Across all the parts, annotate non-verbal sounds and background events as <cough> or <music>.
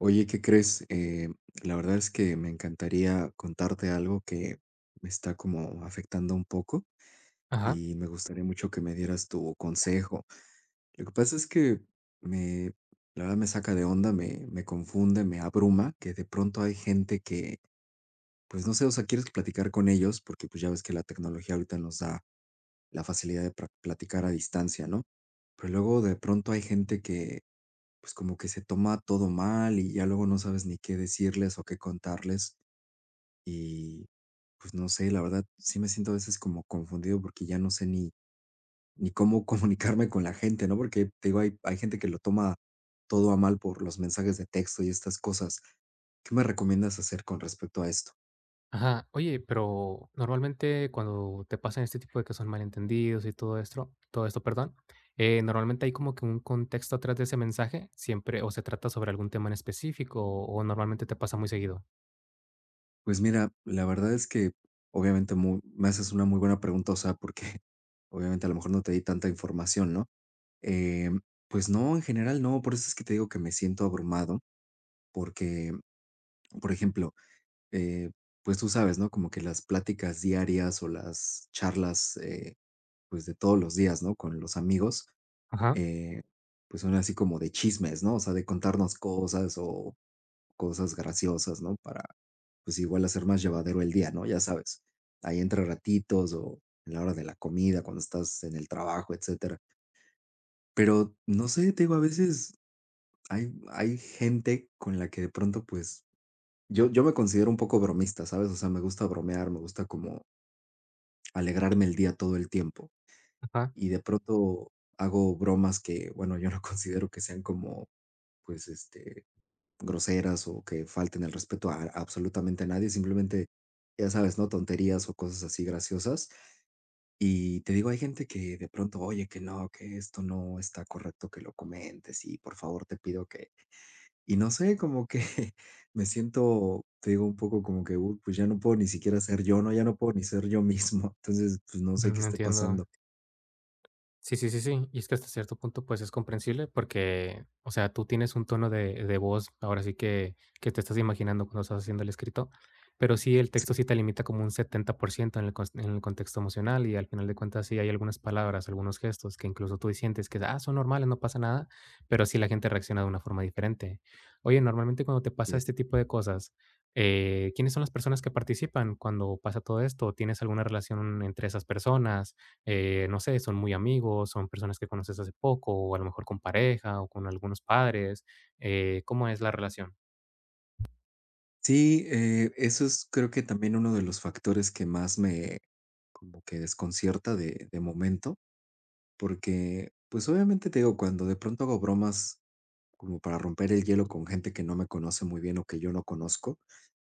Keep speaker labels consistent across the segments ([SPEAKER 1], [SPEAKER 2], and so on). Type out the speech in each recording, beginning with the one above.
[SPEAKER 1] Oye, ¿qué crees? La verdad es que me encantaría contarte algo que me está como afectando un poco
[SPEAKER 2] Ajá,
[SPEAKER 1] y me gustaría mucho que me dieras tu consejo. Lo que pasa es que me, la verdad me saca de onda, me confunde, me abruma, que de pronto hay gente que, pues no sé, o sea, quieres platicar con ellos porque pues ya ves que la tecnología ahorita nos da la facilidad de platicar a distancia, ¿no? Pero luego de pronto hay gente que pues, como que se toma todo mal, y ya luego no sabes ni qué decirles o qué contarles. Y, pues, no sé, la verdad, sí me siento a veces como confundido, porque ya no sé ni cómo <laughs> comunicarme con la gente, ¿no? Porque, te digo, hay gente que lo toma todo a mal por los mensajes de texto y estas cosas. ¿Qué me recomiendas hacer con respecto a esto?
[SPEAKER 2] ajá. Oye, pero normalmente cuando te pasan este tipo de que son malentendidos y todo esto, perdón, normalmente hay como que un contexto atrás de ese mensaje, siempre, o se trata sobre algún tema en específico, o normalmente te pasa muy seguido.
[SPEAKER 1] Pues mira, la verdad es que, obviamente, mu me haces una muy buena pregunta, o sea, porque <laughs> obviamente a lo mejor no te di tanta información, ¿no? Em, pues no, en general no, por eso es que te digo que me siento abrumado, porque, por ejemplo, eh, pues tú sabes, ¿no? Como que las pláticas diarias o las charlas, pues de todos los días, ¿no? Con los amigos,
[SPEAKER 2] Ajá,
[SPEAKER 1] eh, pues son así como de chismes, ¿no? O sea, de contarnos cosas o cosas graciosas, ¿no? Para, pues igual hacer más llevadero el día, ¿no? Ya sabes, ahí entre ratitos o en la hora de la comida, cuando estás en el trabajo, etcétera. Pero no sé, te digo, a veces hay gente con la que de pronto, pues, yo me considero un poco bromista, ¿sabes? O sea, me gusta bromear, me gusta como alegrarme el día todo el tiempo.
[SPEAKER 2] ajá,
[SPEAKER 1] Y de pronto hago bromas que, bueno, yo no <laughs> considero que sean como, pues, groseras o que falten el respeto a absolutamente nadie, simplemente, ya sabes, ¿no? Tonterías o cosas así graciosas. Y te digo, hay gente que de pronto, oye, que no, que esto no está correcto que lo comentes y por favor te pido que. Y no sé, como que <laughs> me siento, te digo, un poco como que, uy, pues ya no puedo ni siquiera ser yo, ¿no? Ya no puedo ni ser yo mismo. <laughs> Entonces, pues no sé qué esté
[SPEAKER 2] entiendo.
[SPEAKER 1] pasando.
[SPEAKER 2] Sí, sí, sí, sí. Y es que hasta cierto punto, pues, es comprensible porque, o sea, tú tienes un tono de voz, ahora sí que te estás imaginando cuando estás haciendo el escrito, pero sí, el texto
[SPEAKER 1] Sí,
[SPEAKER 2] sí te limita como un 70% en el cons en el contexto emocional, y al final de cuentas sí hay algunas palabras, algunos gestos que incluso tú sientes que, ah, son normales, no pasa nada, pero sí la gente reacciona de una forma diferente. Oye, normalmente cuando te
[SPEAKER 1] así
[SPEAKER 2] pasa
[SPEAKER 1] es.
[SPEAKER 2] este tipo de cosas, ¿quiénes son las personas que participan cuando pasa todo esto? ¿Tienes alguna relación entre esas personas? No sé, son muy amigos, son personas que conoces hace poco, o a lo mejor con pareja, o con algunos padres. ¿Cómo es la relación?
[SPEAKER 1] Sí, eso es creo que también uno de los factores que más me como que desconcierta de momento, porque pues obviamente te digo, cuando de pronto hago bromas como para romper el hielo con gente que no me conoce muy bien o que yo no conozco,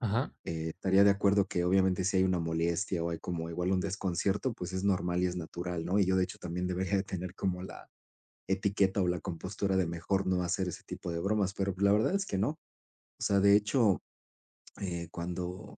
[SPEAKER 2] Ajá,
[SPEAKER 1] eh, estaría de acuerdo que obviamente si hay una molestia o hay como igual un desconcierto, pues es normal y es natural, ¿no? Y yo de hecho también debería de tener como la etiqueta o la compostura de mejor no hacer ese tipo de bromas, pero la verdad es que no. O sea, de hecho, cuando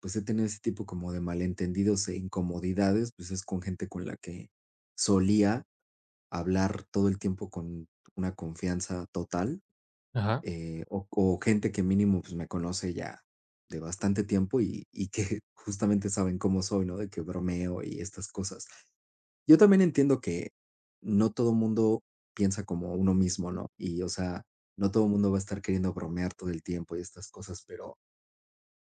[SPEAKER 1] pues he tenido ese tipo como de malentendidos e incomodidades, pues es con gente con la que solía hablar todo el tiempo con una confianza total.
[SPEAKER 2] ajá.
[SPEAKER 1] O, o gente que mínimo pues, me conoce ya de bastante tiempo y que <laughs> justamente saben cómo soy, ¿no? De que bromeo y estas cosas. Yo también entiendo que no todo mundo piensa como uno mismo, ¿no? Y, o sea, no todo mundo va a estar queriendo bromear todo el tiempo y estas cosas, pero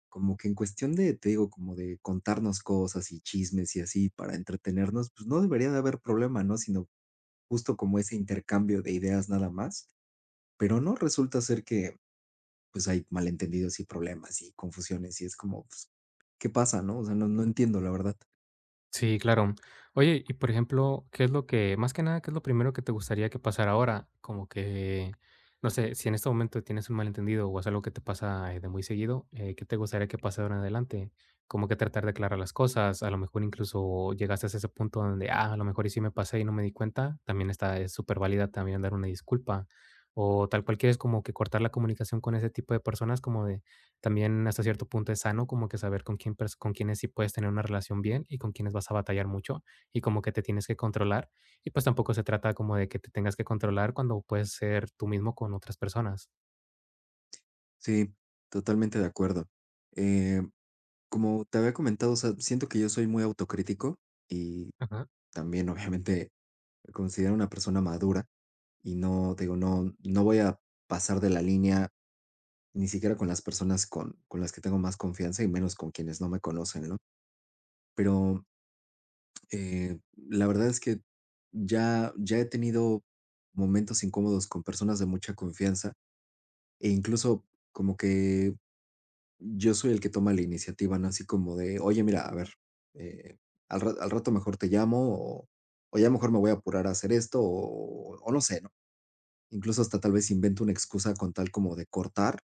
[SPEAKER 1] como que en cuestión de, te digo, como de contarnos cosas y chismes y así para entretenernos, pues no debería de haber problema, ¿no? Sino justo como ese intercambio de ideas nada más, pero no resulta ser que pues hay malentendidos y problemas y confusiones y es como, pues, ¿qué pasa, no? O sea, no, no entiendo, la verdad.
[SPEAKER 2] Sí, claro. Oye, y por ejemplo, ¿qué es lo que, más que nada, qué es lo primero que te gustaría que pasara ahora? Como que, no sé, si en este momento tienes un malentendido o es algo que te pasa de muy seguido, ¿qué te gustaría que pasara ahora en adelante? Como que tratar de aclarar las cosas, a lo mejor incluso llegaste a ese punto donde, ah, a lo mejor y sí me pasé y no me di cuenta, también está, es súper válida también dar una disculpa. O tal cual quieres como que cortar la comunicación con ese tipo de personas, como de, también hasta cierto punto es sano como que saber con quién pers con quiénes sí puedes tener una relación bien y con quiénes vas a batallar mucho y como que te tienes que controlar. Y, pues, tampoco se trata como de que te tengas que controlar cuando puedes ser tú mismo con otras personas.
[SPEAKER 1] Sí, totalmente de acuerdo. Eh, Como te había comentado, o sea, siento que yo soy muy autocrítico y
[SPEAKER 2] Ajá,
[SPEAKER 1] también <laughs> obviamente me considero una persona madura y no, te digo, no, no voy a pasar de la línea ni siquiera con las personas con las que tengo más confianza y menos con quienes no me conocen, ¿no? Pero la verdad es que ya he tenido momentos incómodos con personas de mucha confianza e incluso como que yo soy el que toma la iniciativa, ¿no? Así como de, oye, mira, a ver, eh, al rato mejor te llamo o, o ya mejor me voy a apurar a hacer esto o no sé, ¿no? Incluso hasta tal vez invento una excusa con tal como de cortar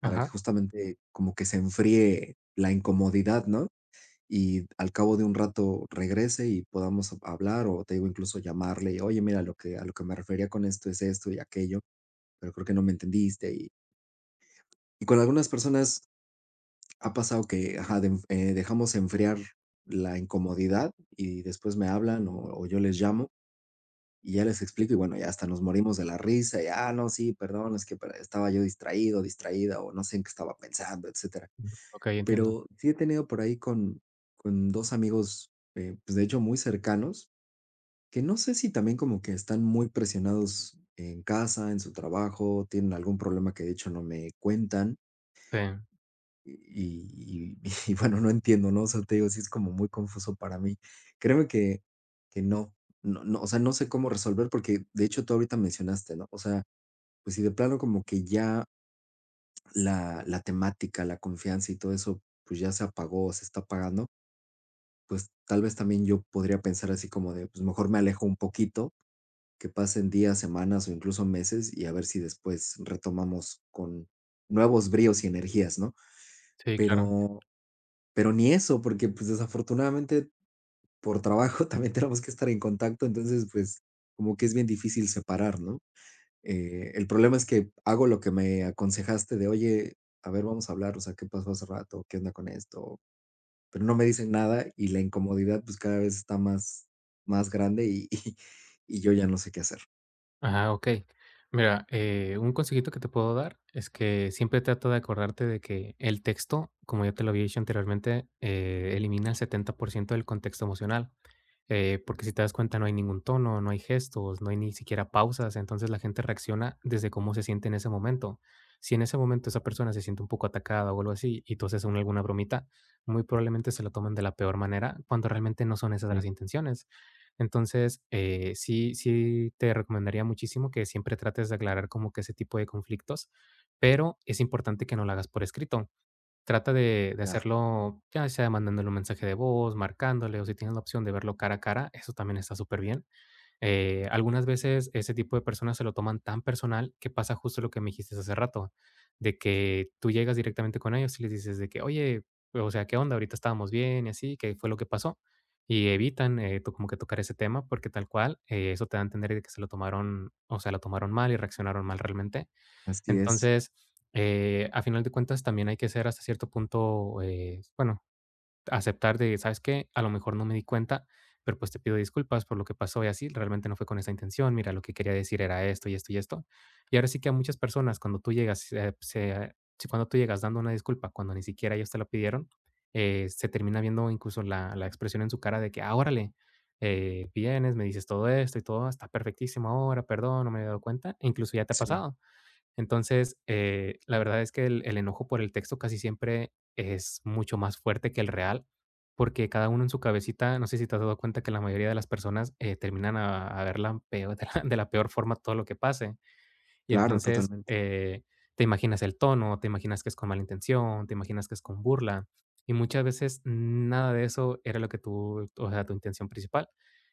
[SPEAKER 1] para que
[SPEAKER 2] ajá.
[SPEAKER 1] justamente como que se enfríe la incomodidad, ¿no? Y al cabo de un rato regrese y podamos hablar o te digo incluso llamarle y oye, mira, lo que, a lo que me refería con esto es esto y aquello, pero creo que no me entendiste. Y con algunas personas ha pasado que ajá, dejamos enfriar la incomodidad y después me hablan o yo les llamo y ya les explico y bueno, ya hasta nos morimos de la risa y ah, no, sí, perdón, es que estaba yo distraído, distraída o no sé en qué estaba pensando, etcétera.
[SPEAKER 2] Mm, okey, entiendo.
[SPEAKER 1] Pero sí he tenido por ahí con dos amigos, pues de hecho muy cercanos, que no sé si también como que están muy presionados en casa, en su trabajo, tienen algún problema que de hecho no me cuentan
[SPEAKER 2] Sí,
[SPEAKER 1] y, y- <laughs> y bueno, no entiendo, ¿no? O sea, te digo, sí es como muy confuso para mí. Créeme que no, no, no, o sea, no sé cómo resolver porque de hecho tú ahorita mencionaste, ¿no? O sea, pues si de plano como que ya la temática, la confianza y todo eso, pues ya se apagó o se está apagando, pues tal vez también yo podría pensar así como de, pues mejor me alejo un poquito que pasen días, semanas o incluso meses y a ver si después retomamos con nuevos bríos y energías, ¿no?
[SPEAKER 2] sí, claro.
[SPEAKER 1] Pero pero ni eso, porque, pues, desafortunadamente por trabajo <laughs> también tenemos que estar en contacto, entonces, pues, como que es bien difícil separar, ¿no? El problema es que hago lo que me aconsejaste de: "Oye, a ver, vamos a hablar, o sea, ¿qué pasó hace rato? ¿Qué onda con esto?". Pero no me dicen nada y la incomodidad, pues, cada vez está más grande y <laughs> y yo ya no sé qué hacer.
[SPEAKER 2] Ajá, okey. Mira, un consejito que te puedo dar es que siempre trata de acordarte de que el texto, como ya te lo había dicho anteriormente, elimina el 70% del contexto emocional. Porque si te das cuenta, no hay ningún tono, no hay gestos, no hay ni siquiera pausas, entonces la gente reacciona desde cómo se siente en ese momento. Si en ese momento esa persona se siente un poco atacada o algo así y tú haces alguna bromita, muy probablemente se lo tomen de la peor manera cuando realmente no son esas las
[SPEAKER 1] Claro.
[SPEAKER 2] intenciones. Entonces, sí, sí te recomendaría muchísimo que siempre trates de aclarar como que ese tipo de conflictos, pero es importante que no lo hagas por escrito. Trata de
[SPEAKER 1] Ya,
[SPEAKER 2] hacerlo, ya sea mandándole un mensaje de voz, marcándole, o si tienes la opción de verlo cara a cara, eso también está superbién. Algunas veces ese tipo de personas se lo toman tan personal que pasa justo lo que me dijiste hace rato, de que tú llegas directamente con ellos y les dices de que: "Oye, o sea, ¿qué onda? Ahorita estábamos bien y así, ¿qué fue lo que pasó?". Y evitan, to como que tocar ese tema, porque tal cual, eso te da a entender de que se lo tomaron, o sea, lo tomaron mal y reaccionaron mal realmente.
[SPEAKER 1] así es.
[SPEAKER 2] Entonces, a final de cuentas, también hay que ser hasta cierto punto, bueno, aceptar de, ¿sabes qué? A lo mejor no me di cuenta, pero pues te pido disculpas por lo que pasó y así, realmente no fue con esa intención, mira, lo que quería decir era esto y esto y esto. Y ahora sí que a muchas personas, cuando tú llegas, si cuando tú llegas dando una disculpa, cuando ni siquiera ellos te la pidieron, se termina viendo incluso la expresión en su cara de que, ah, órale, vienes, me dices todo esto y todo, está perfectísimo ahora, perdón, no me había dado cuenta, e incluso ya te ha
[SPEAKER 1] Sí,
[SPEAKER 2] pasado. Entonces, la verdad es que el enojo por el texto casi siempre es mucho más fuerte que el real, porque cada uno en su cabecita, no sé si te has dado cuenta que la mayoría de las personas, terminan a ver la peor <laughs> de la peor forma todo lo que pase. Y
[SPEAKER 1] claro,
[SPEAKER 2] entonces,
[SPEAKER 1] totalmente.
[SPEAKER 2] te imaginas el tono, te imaginas que es con mala intención, te imaginas que es con burla, y muchas veces nada de eso era lo que tú, o sea, tu intención principal.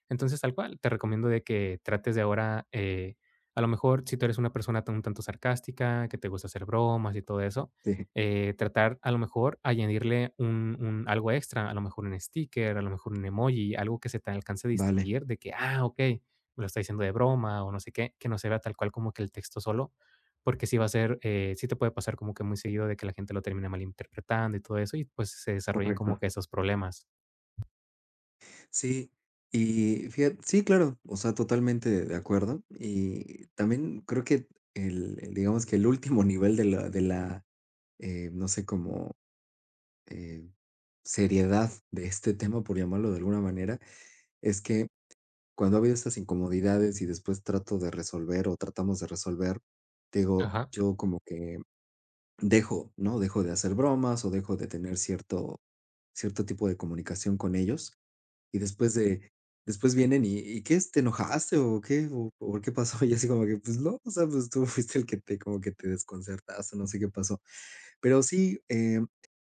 [SPEAKER 2] Entonces, tal cual, te recomiendo de que trates de ahora, a lo mejor, si tú eres una persona un tanto sarcástica, que te gusta hacer bromas y todo eso,
[SPEAKER 1] Sí,
[SPEAKER 2] tratar a lo mejor añadirle un algo extra, a lo mejor un sticker, a lo mejor un emoji, algo que se te alcance a
[SPEAKER 1] vale,
[SPEAKER 2] distinguir de que, ah, ok, me lo está diciendo de broma o no sé qué, que no se vea tal cual como que el texto solo, porque sí va a ser, sí te puede pasar como que muy seguido de que la gente lo termina malinterpretando y todo eso, y pues se desarrollen como
[SPEAKER 1] correcto.
[SPEAKER 2] que esos problemas.
[SPEAKER 1] Sí, y fíjate, sí, claro, o sea, totalmente de acuerdo. Y también creo que digamos que el último nivel de la, no sé, como eh, seriedad de este tema, por llamarlo de alguna manera, es que cuando ha habido estas incomodidades y después trato de resolver o tratamos de resolver, te digo,
[SPEAKER 2] Ajá.
[SPEAKER 1] yo como que dejo, ¿no? Dejo de hacer bromas o dejo de tener cierto cierto tipo de comunicación con ellos, y después de después vienen ¿y qué? ¿Te enojaste o qué? ¿O por qué pasó? <laughs> Y así como que, pues no, o sea, pues tú fuiste el que te como que te desconcertaste, no sé qué pasó. Pero sí,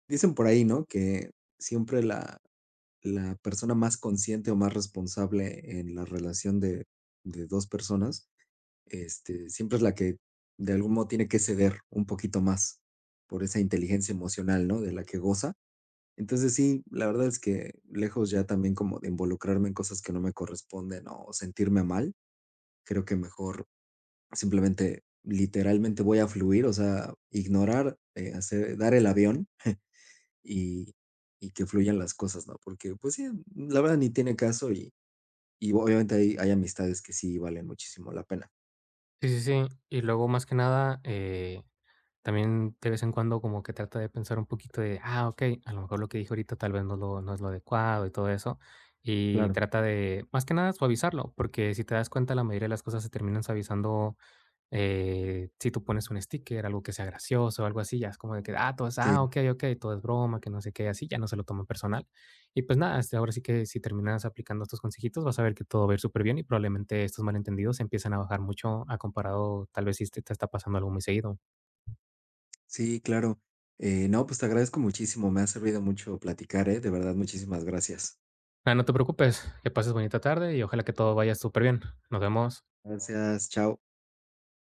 [SPEAKER 1] dicen por ahí, ¿no? Que siempre la persona más consciente o más responsable en la relación de 2 personas, este, siempre es la que de algún modo tiene que ceder un poquito más por esa inteligencia emocional, ¿no? De la que goza. Entonces sí, la verdad es que lejos ya también como de involucrarme en cosas que no me corresponden o sentirme mal, creo que mejor simplemente, literalmente voy a fluir, o sea, ignorar, hacer dar el avión y y que fluyan las cosas, ¿no? Porque, pues sí, la verdad ni tiene caso y obviamente hay amistades que sí valen muchísimo la pena.
[SPEAKER 2] Sí, sí, sí. Y luego, más que nada, también de vez en cuando como que trata de pensar un poquito de, ah, okey, a lo mejor lo que dije ahorita tal vez no es lo adecuado y todo eso, y
[SPEAKER 1] Claro.
[SPEAKER 2] trata de, más que nada, suavizarlo, porque si te das cuenta, la mayoría de las cosas se terminan suavizando, si tú pones un sticker, algo que sea gracioso, algo así, ya es como de que, ah, todo es,
[SPEAKER 1] Sí,
[SPEAKER 2] ah, okey, okey, todo es broma, que no sé qué, así, ya no se lo toman personal. Y pues nada, este, ahora sí que si terminas aplicando estos consejitos, vas a ver que todo va a ir súper bien y probablemente estos malentendidos empiezan a bajar mucho a comparado, tal vez si te está pasando algo muy seguido.
[SPEAKER 1] sí, claro. No, pues te agradezco muchísimo, me ha servido mucho platicar, ¿eh? De verdad, muchísimas gracias.
[SPEAKER 2] Ah, no te preocupes, que pases bonita tarde y ojalá que todo vaya súper bien. Nos vemos.
[SPEAKER 1] Gracias, chao.